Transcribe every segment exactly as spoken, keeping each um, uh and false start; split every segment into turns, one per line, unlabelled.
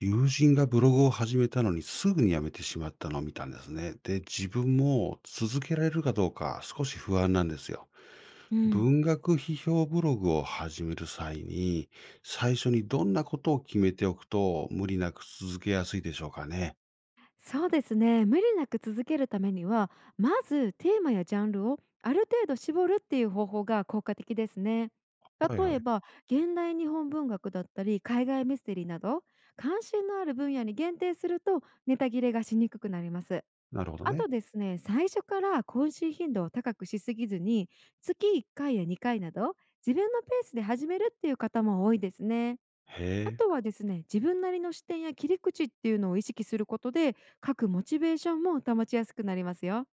友人がブログを始めたのにすぐに辞めてしまったのを見たんですね。で、自分も続けられるかどうか少し不安なんですよ。
うん、
文学批評ブログを始める際に、最初にどんなことを決めておくと無理なく続けやすいでしょうかね。
そうですね。無理なく続けるためには、まずテーマやジャンルをある程度絞るっていう方法が効果的ですね。
はいは
例え
い。
ば、現代日本文学だったり海外ミステリーなど、関心のある分野に限定するとネタ切れがしにくくなります。
なるほど
あ
ね。
とですね、最初から更新頻度を高くしすぎずに、月いっかいやにかいなど自分のペースで始めるっていう方も多いですね。
へ
あと
え、
はですね、自分なりの視点や切り口っていうのを意識することで、書くモチベーションも保ちやすくなりますよ。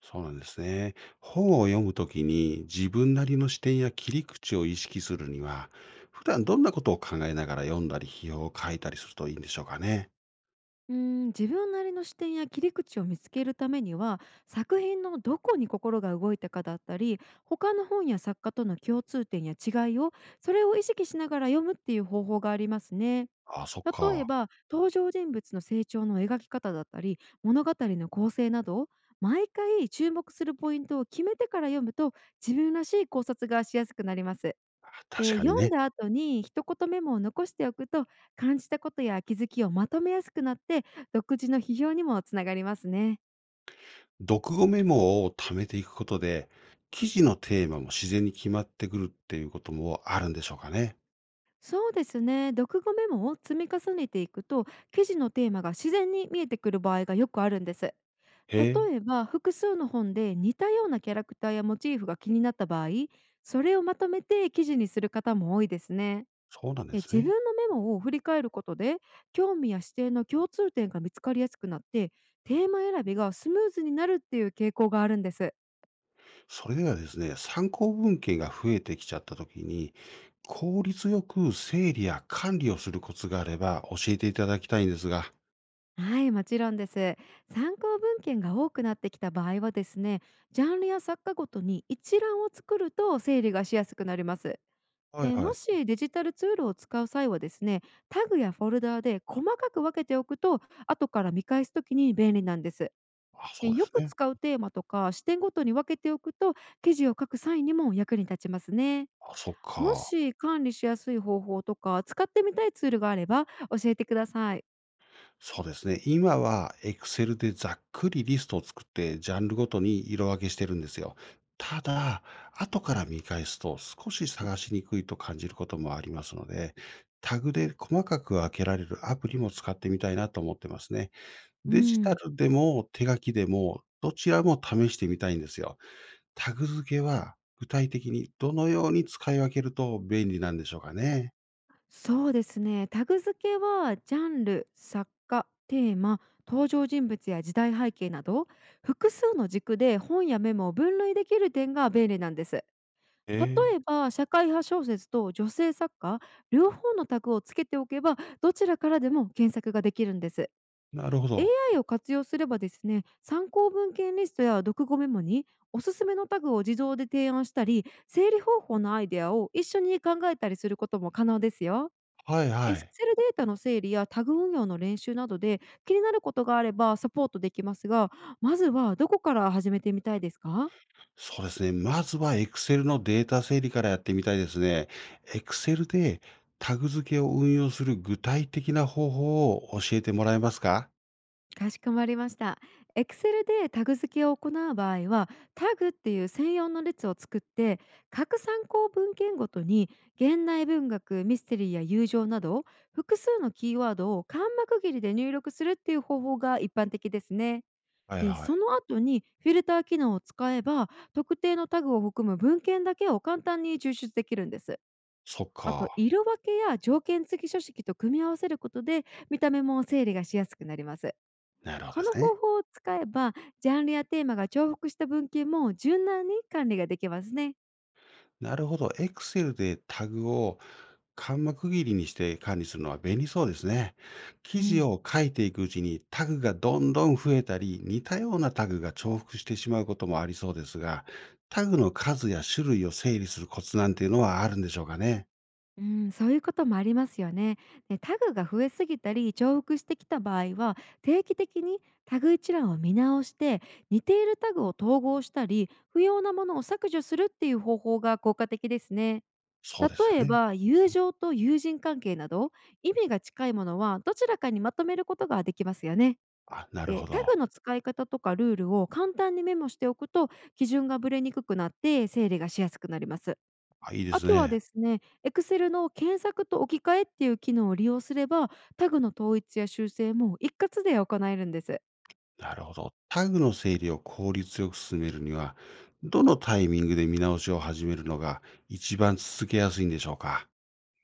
そうなんですね。本を読むときに自分なりの視点や切り口を意識するには、普段どんなことを考えながら読んだり批評を書いたりするといいんでしょうかね。
うーん、自分なりの視点や切り口を見つけるためには、作品のどこに心が動いたかだったり、他の本や作家との共通点や違いを、それを意識しながら読むっていう方法がありますね。
ああ、そっ
例え
か。
ば、登場人物の成長の描き方だったり物語の構成など、毎回注目するポイントを決めてから読むと自分らしい考察がしやすくなります。
確
で、
かに
読ん
ね。
だ後に一言メモを残しておくと、感じたことや気づきをまとめやすくなって、独自の批評にもつながりますね。
読後メモを貯めていくことで、記事のテーマも自然に決まってくるっていうこともあるんでしょうかね。
そうですね。読後メモを積み重ねていくと、記事のテーマが自然に見えてくる場合がよくあるんです。
へえ、
例えば、複数の本で似たようなキャラクターやモチーフが気になった場合、それをまとめて記事にする方も多いですね。
そうなんで
え
す
自分
ね。
のメモを振り返ることで、興味や視点の共通点が見つかりやすくなって、テーマ選びがスムーズになるっていう傾向があるんです。
それではですね、参考文献が増えてきちゃった時に、効率よく整理や管理をするコツがあれば教えていただきたいんですが。
はい、もちろんです。参考文献が多くなってきた場合はですね、ジャンルや作家ごとに一覧を作ると整理がしやすくなります。
はい
で、
は
も
い。
しデジタルツールを使う際はですね、タグやフォルダーで細かく分けておくと、後から見返すときに便利なんです。
あ、そ
で、
うで
よ
す
く
ね。
使うテーマとか視点ごとに分けておくと、記事を書く際にも役に立ちますね。
あ、そっ
も
か。
し管理しやすい方法とか使ってみたいツールがあれば教えてください。
そうですね。今は Excel でざっくりリストを作って、ジャンルごとに色分けしてるんですよ。ただ、後から見返すと少し探しにくいと感じることもありますので、タグで細かく分けられるアプリも使ってみたいなと思ってますね。
う
デジタ
ん。
ルでも手書きでもどちらも試してみたいんですよ。タグ付けは具体的にどのように使い分けると便利なんでしょうかね。
そうですね。タグ付けはジャンル、作家、テーマ、登場人物や時代背景など、複数の軸で本やメモを分類できる点が便利なんです。例
えー
えば、社会派小説と女性作家、両方のタグをつけておけば、どちらからでも検索ができるんです。
なるほど。
エーアイ を活用すればですね、参考文献リストや読後メモにおすすめのタグを自動で提案したり、整理方法のアイデアを一緒に考えたりすることも可能ですよ。
はい
Excel
はい。
データの整理やタグ運用の練習などで気になることがあればサポートできますが、まずはどこから始めてみたいですか？
そうですね。まずは Excel のデータ整理からやってみたいですね。Excel でタグ付けを運用する具体的な方法を教えてもらえますか。
かしこまりました。Excel でタグ付けを行う場合は、タグっていう専用の列を作って、各参考文献ごとに現代文学、ミステリーや友情など、複数のキーワードを間幕切りで入力するっていう方法が一般的ですね。
はい
で、
は
そ
い。
の後にフィルター機能を使えば、特定のタグを含む文献だけを簡単に抽出できるんです。
そっ
あと、
か。
色分けや条件付き書式と組み合わせることで、見た目も整理がしやすくなります。
なるほど
こ
で
の
すね。
方法を使えば、ジャンルやテーマが重複した文献も柔軟に管理ができますね。
なるほど。Excel でタグを間幕切りにして管理するのは便利そうですね。記
う
事
ん
を書いていくうちにタグがどんどん増えたり、似たようなタグが重複してしまうこともありそうですが、タグの数や種類を整理するコツなんていうのはあるんでしょうかね。
うん、そういうこともありますよね。で、タグが増えすぎたり重複してきた場合は、定期的にタグ一覧を見直して、似ているタグを統合したり不要なものを削除するっていう方法が効果的ですね。
そうですよ
例え
ね。
ば、友情と友人関係など、意味が近いものはどちらかにまとめることができますよね。
あ、なるほ
で、タ
ど。
グの使い方とかルールを簡単にメモしておくと、基準がぶれにくくなって整理がしやすくなります。
あ、いいで
あ
す
とは
ね。
ですね、Excel の検索と置き換えっていう機能を利用すれば、タグの統一や修正も一括で行えるんです。
なるほど。タグの整理を効率よく進めるには、どのタイミングで見直しを始めるのが一番続けやすいんでしょうか？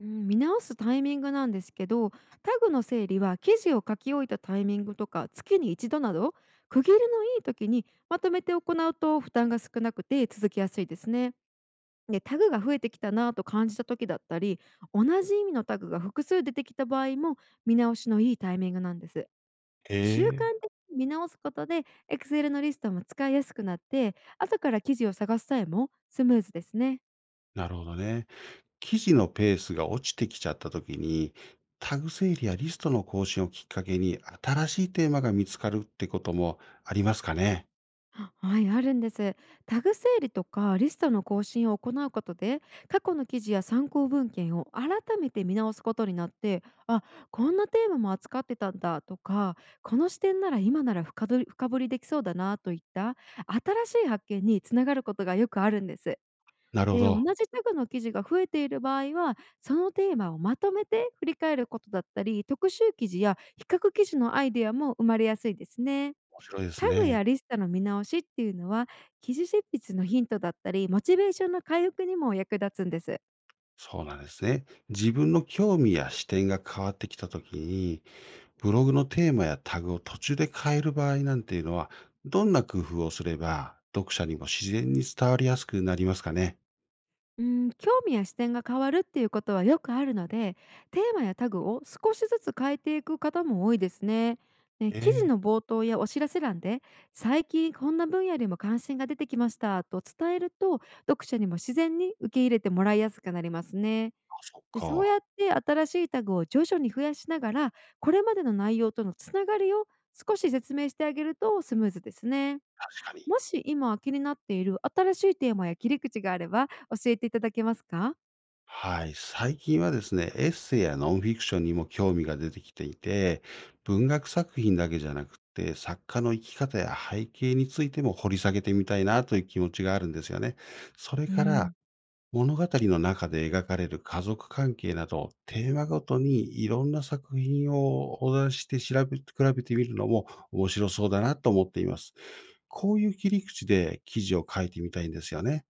うん、見直すタイミングなんですけど、タグの整理は記事を書き終えたタイミングとかつきにいちどなど、区切りのいい時にまとめて行うと負担が少なくて続きやすいですね。で、タグが増えてきたなと感じた時だったり、同じ意味のタグが複数出てきた場合も見直しのいいタイミングなんです。
へ
習慣
え、
的に見直すことで、Excel のリストも使いやすくなって、後から記事を探す際もスムーズですね。
なるほどね。記事のペースが落ちてきちゃった時に、タグ整理やリストの更新をきっかけに新しいテーマが見つかるってこともありますかね？
はい、あるんです。タグ整理とかリストの更新を行うことで、過去の記事や参考文献を改めて見直すことになって、あ、こんなテーマも扱ってたんだとか、この視点なら今なら深どり深掘りできそうだなといった新しい発見につながることがよくあるんです。
なるほ
で、
ど。
同じタグの記事が増えている場合は、そのテーマをまとめて振り返ることだったり、特集記事や比較記事のアイデアも生まれやすいですね。
面白いです
タグ
ね。
やリストの見直しっていうのは、記事執筆のヒントだったり、モチベーションの回復にも役立つんです。
そうなんですね。自分の興味や視点が変わってきたときに、ブログのテーマやタグを途中で変える場合なんていうのは、どんな工夫をすれば、読者にも自然に伝わりやすくなりますかね。
うん、興味や視点が変わるっていうことはよくあるので、テーマやタグを少しずつ変えていく方も多いですね。ね
え
記事
え、
の冒頭やお知らせ欄で「最近こんな分野でも関心が出てきました」と伝えると、読者にも自然に受け入れてもらいやすくなりますね。
あ、そっ
で、そうや
か。
って新しいタグを徐々に増やしながら、これまでの内容とのつながりを少し説明してあげるとスムーズですね。
確かに。
もし今気になっている新しいテーマや切り口があれば教えていただけますか？
はい。最近はですね、エッセイやノンフィクションにも興味が出てきていて、文学作品だけじゃなくて、作家の生き方や背景についても掘り下げてみたいなという気持ちがあるんですよね。それ
う
から、
ん、
物語の中で描かれる家族関係など、テーマごとにいろんな作品を横断して調べ比べてみるのも面白そうだなと思っています。こういう切り口で記事を書いてみたいんですよね。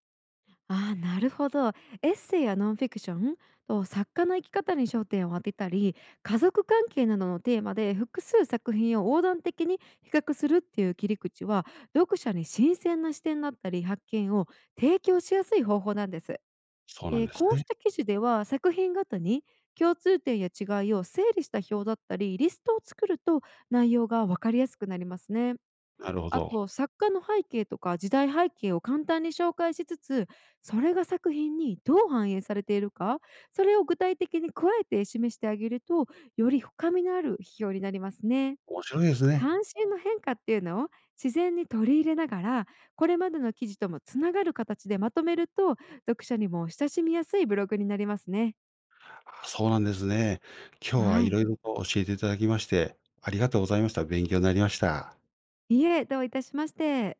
あー、なるほど。エッセイやノンフィクションと作家の生き方に焦点を当てたり、家族関係などのテーマで複数作品を横断的に比較するっていう切り口は、読者に新鮮な視点だったり発見を提供しやすい方法なんです。
そうなん
で、
です
こう
ね。
した記事では作品ごとに共通点や違いを整理した表だったりリストを作ると、内容が分かりやすくなりますね。
なるほ
あ
ど。
と、作家の背景とか時代背景を簡単に紹介しつつ、それが作品にどう反映されているか、それを具体的に加えて示してあげると、より深みのある批評になりますね。
面白いですね。
関心の変化っていうのを自然に取り入れながら、これまでの記事ともつながる形でまとめると、読者にも親しみやすいブログになりますね。
あ、そうなんですね。今日は
は
い
い。
ろいろと教えていただきまして、ありがとうございました。勉強になりました。
いいえ、どういたしまして。